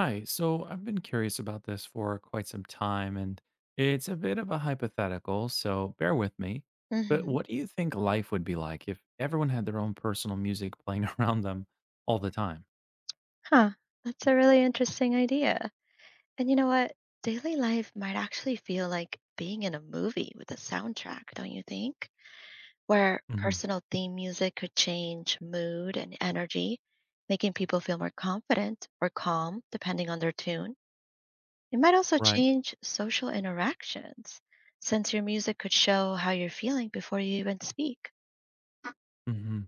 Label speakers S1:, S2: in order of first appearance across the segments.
S1: Hi, so I've been curious about this for quite some time, and it's a bit of a hypothetical, so bear with me. But
S2: Mm-hmm.
S1: what do you think life would be like if everyone had their own personal music playing around them all the time?
S2: Huh. That's a really interesting idea. And you know what? Daily life might actually feel like being in a movie with a soundtrack, don't you think? Where
S1: Hmm.
S2: personal theme music could change mood and energy, making people feel more confident or calm depending on their tune. It might also
S1: Right.
S2: change social interactions, since your music could show how you're feeling before you even speak.
S1: Hmm.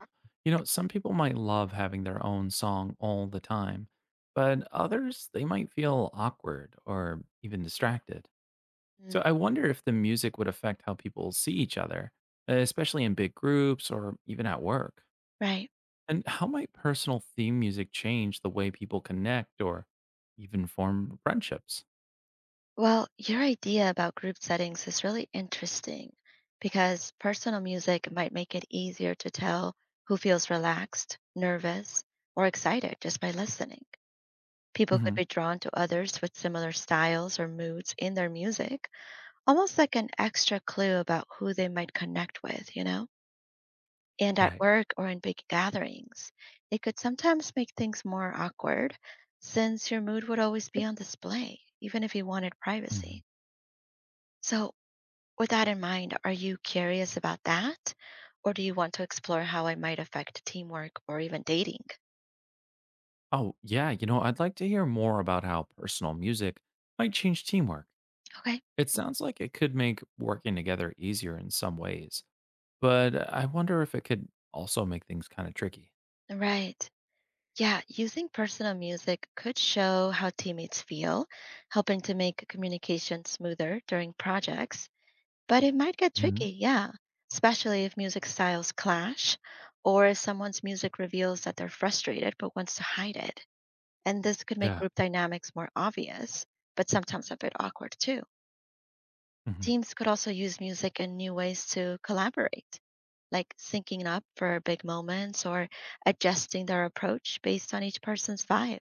S1: Some people might love having their own song all the time, but others, they might feel awkward or even distracted.
S2: Mm.
S1: So I wonder if the music would affect how people see each other, especially in big groups or even at work.
S2: Right.
S1: And how might personal theme music change the way people connect or even form friendships?
S2: Well, your idea about group settings is really interesting because personal music might make it easier to tell who feels relaxed, nervous, or excited just by listening. People could
S1: Hmm.
S2: be drawn to others with similar styles or moods in their music, almost like an extra clue about who they might connect with, you know? And at
S1: Right.
S2: work or in big gatherings, it could sometimes make things more awkward since your mood would always be on display, even if you wanted privacy.
S1: Hmm.
S2: So, with that in mind, are you curious about that? Or do you want to explore how it might affect teamwork or even dating?
S1: Oh, yeah. I'd like to hear more about how personal music might change teamwork.
S2: Okay,
S1: It sounds like it could make working together easier in some ways, but I wonder if it could also make things kind of tricky.
S2: right. Yeah, using personal music could show how teammates feel, helping to make communication smoother during projects. But it might get
S1: Hmm.
S2: tricky, yeah, especially if music styles clash or if someone's music reveals that they're frustrated but wants to hide it. And this could make
S1: Yeah.
S2: group dynamics more obvious, but sometimes a bit awkward too.
S1: Hmm.
S2: Teams could also use music in new ways to collaborate, like syncing up for big moments or adjusting their approach based on each person's vibe.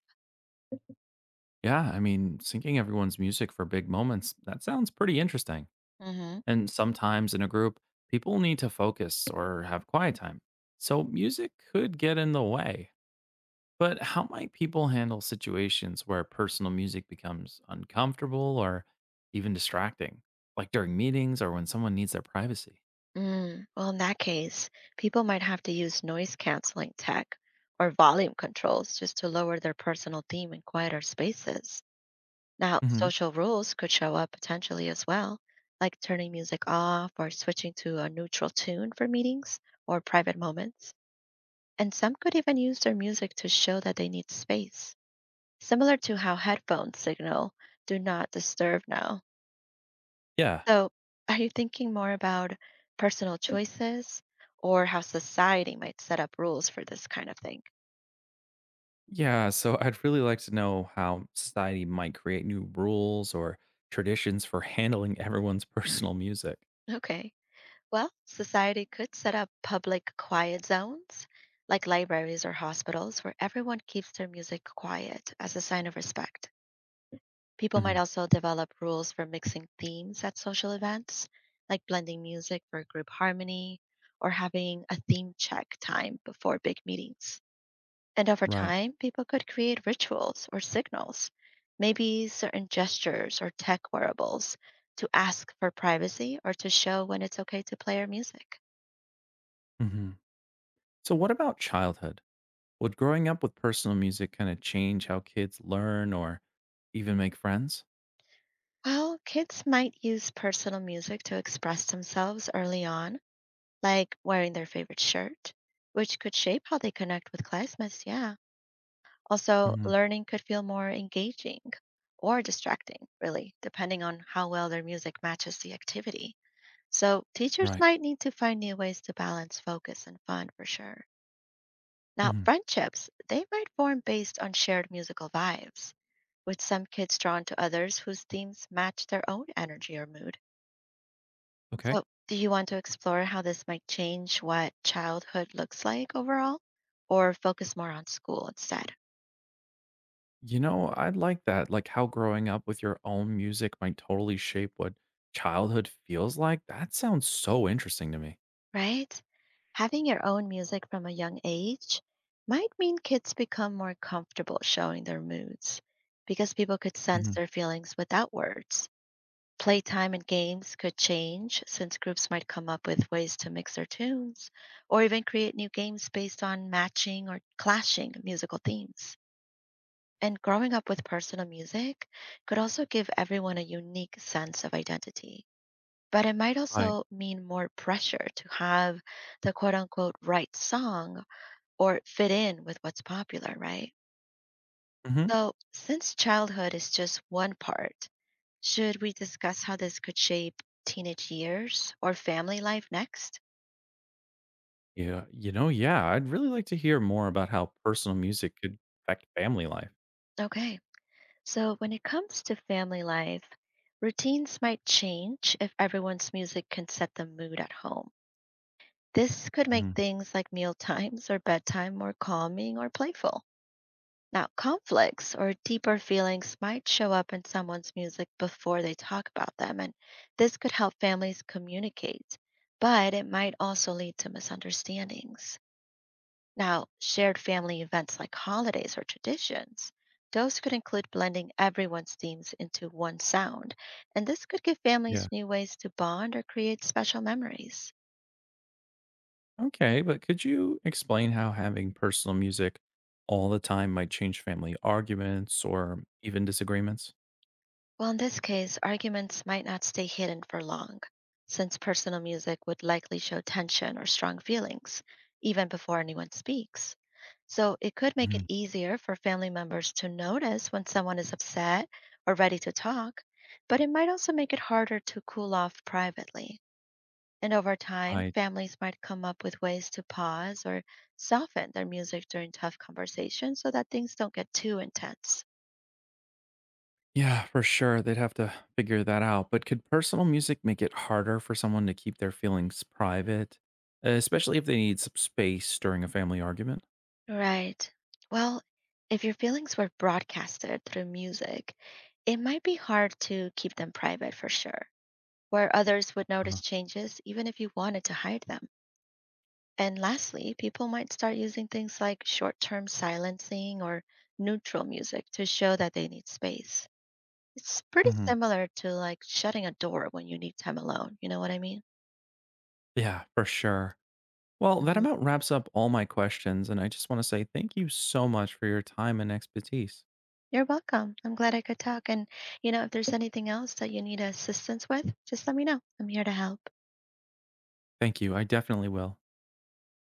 S1: Yeah, I mean, syncing everyone's music for big moments, that sounds pretty interesting.
S2: Hmm.
S1: And sometimes in a group, people need to focus or have quiet time. So music could get in the way. But how might people handle situations where personal music becomes uncomfortable or even distracting, like during meetings or when someone needs their privacy?
S2: Well, in that case, people might have to use noise canceling tech or volume controls just to lower their personal theme in quieter spaces. Now,
S1: Hmm.
S2: social rules could show up potentially as well, like turning music off or switching to a neutral tune for meetings or private moments. And some could even use their music to show that they need space, similar to how headphones signal do not disturb now.
S1: Yeah.
S2: So, are you thinking more about personal choices or how society might set up rules for this kind of thing?
S1: Yeah. So I'd really like to know how society might create new rules or traditions for handling everyone's personal music.
S2: Okay. Well, society could set up public quiet zones like libraries or hospitals where everyone keeps their music quiet as a sign of respect. People might
S1: Hmm.
S2: also develop rules for mixing themes at social events, like blending music for group harmony or having a theme check time before big meetings. And over
S1: Right.
S2: time, people could create rituals or signals, maybe certain gestures or tech wearables, to ask for privacy or to show when it's okay to play our music.
S1: Hmm. So, what about childhood? Would growing up with personal music kind of change how kids learn or even make friends?
S2: Well, kids might use personal music to express themselves early on, like wearing their favorite shirt, which could shape how they connect with classmates. Yeah. Also,
S1: Mhm.
S2: learning could feel more engaging or distracting, really, depending on how well their music matches the activity. So teachers
S1: Right.
S2: might need to find new ways to balance focus and fun for sure. Now,
S1: Mhm.
S2: friendships, they might form based on shared musical vibes, with some kids drawn to others whose themes match their own energy or mood.
S1: Okay.
S2: So, do you want to explore how this might change what childhood looks like overall, or focus more on school instead?
S1: I like that. Like how growing up with your own music might totally shape what childhood feels like. That sounds so interesting to me.
S2: Right? Having your own music from a young age might mean kids become more comfortable showing their moods because people could sense
S1: Mhm.
S2: their feelings without words. Playtime and games could change since groups might come up with ways to mix their tunes or even create new games based on matching or clashing musical themes. And growing up with personal music could also give everyone a unique sense of identity, but it might
S1: Right.
S2: also mean more pressure to have the quote unquote right song or fit in with what's popular, right?
S1: Hmm.
S2: So, since childhood is just one part, should we discuss how this could shape teenage years or family life next?
S1: Yeah. Yeah. I'd really like to hear more about how personal music could affect family life.
S2: Okay, so when it comes to family life, routines might change if everyone's music can set the mood at home. This could make
S1: Mhm.
S2: things like meal times or bedtime more calming or playful. Now, conflicts or deeper feelings might show up in someone's music before they talk about them, and this could help families communicate, but it might also lead to misunderstandings. Now, shared family events like holidays or traditions, those could include blending everyone's themes into one sound, and this could give families
S1: Yeah.
S2: new ways to bond or create special memories.
S1: Okay, but could you explain how having personal music all the time might change family arguments or even disagreements?
S2: Well, in this case, arguments might not stay hidden for long, since personal music would likely show tension or strong feelings, even before anyone speaks. So it could make it
S1: Mhm.
S2: easier for family members to notice when someone is upset or ready to talk, but it might also make it harder to cool off privately. And over time,
S1: Right.
S2: families might come up with ways to pause or soften their music during tough conversations so that things don't get too intense.
S1: Yeah, for sure. They'd have to figure that out. But could personal music make it harder for someone to keep their feelings private, especially if they need some space during a family argument?
S2: Right. Well, if your feelings were broadcasted through music, it might be hard to keep them private for sure, where others would notice
S1: Uh-huh.
S2: changes even if you wanted to hide them. And lastly, people might start using things like short term silencing or neutral music to show that they need space. It's pretty
S1: Hmm.
S2: similar to like shutting a door when you need time alone. You know what I mean?
S1: Yeah, for sure. Well, that
S2: Mhm.
S1: about wraps up all my questions. And I just want to say thank you so much for your time and expertise.
S2: You're welcome. I'm glad I could talk. And, you know, if there's anything else that you need assistance with, just let me know. I'm here to help.
S1: Thank you. I definitely will.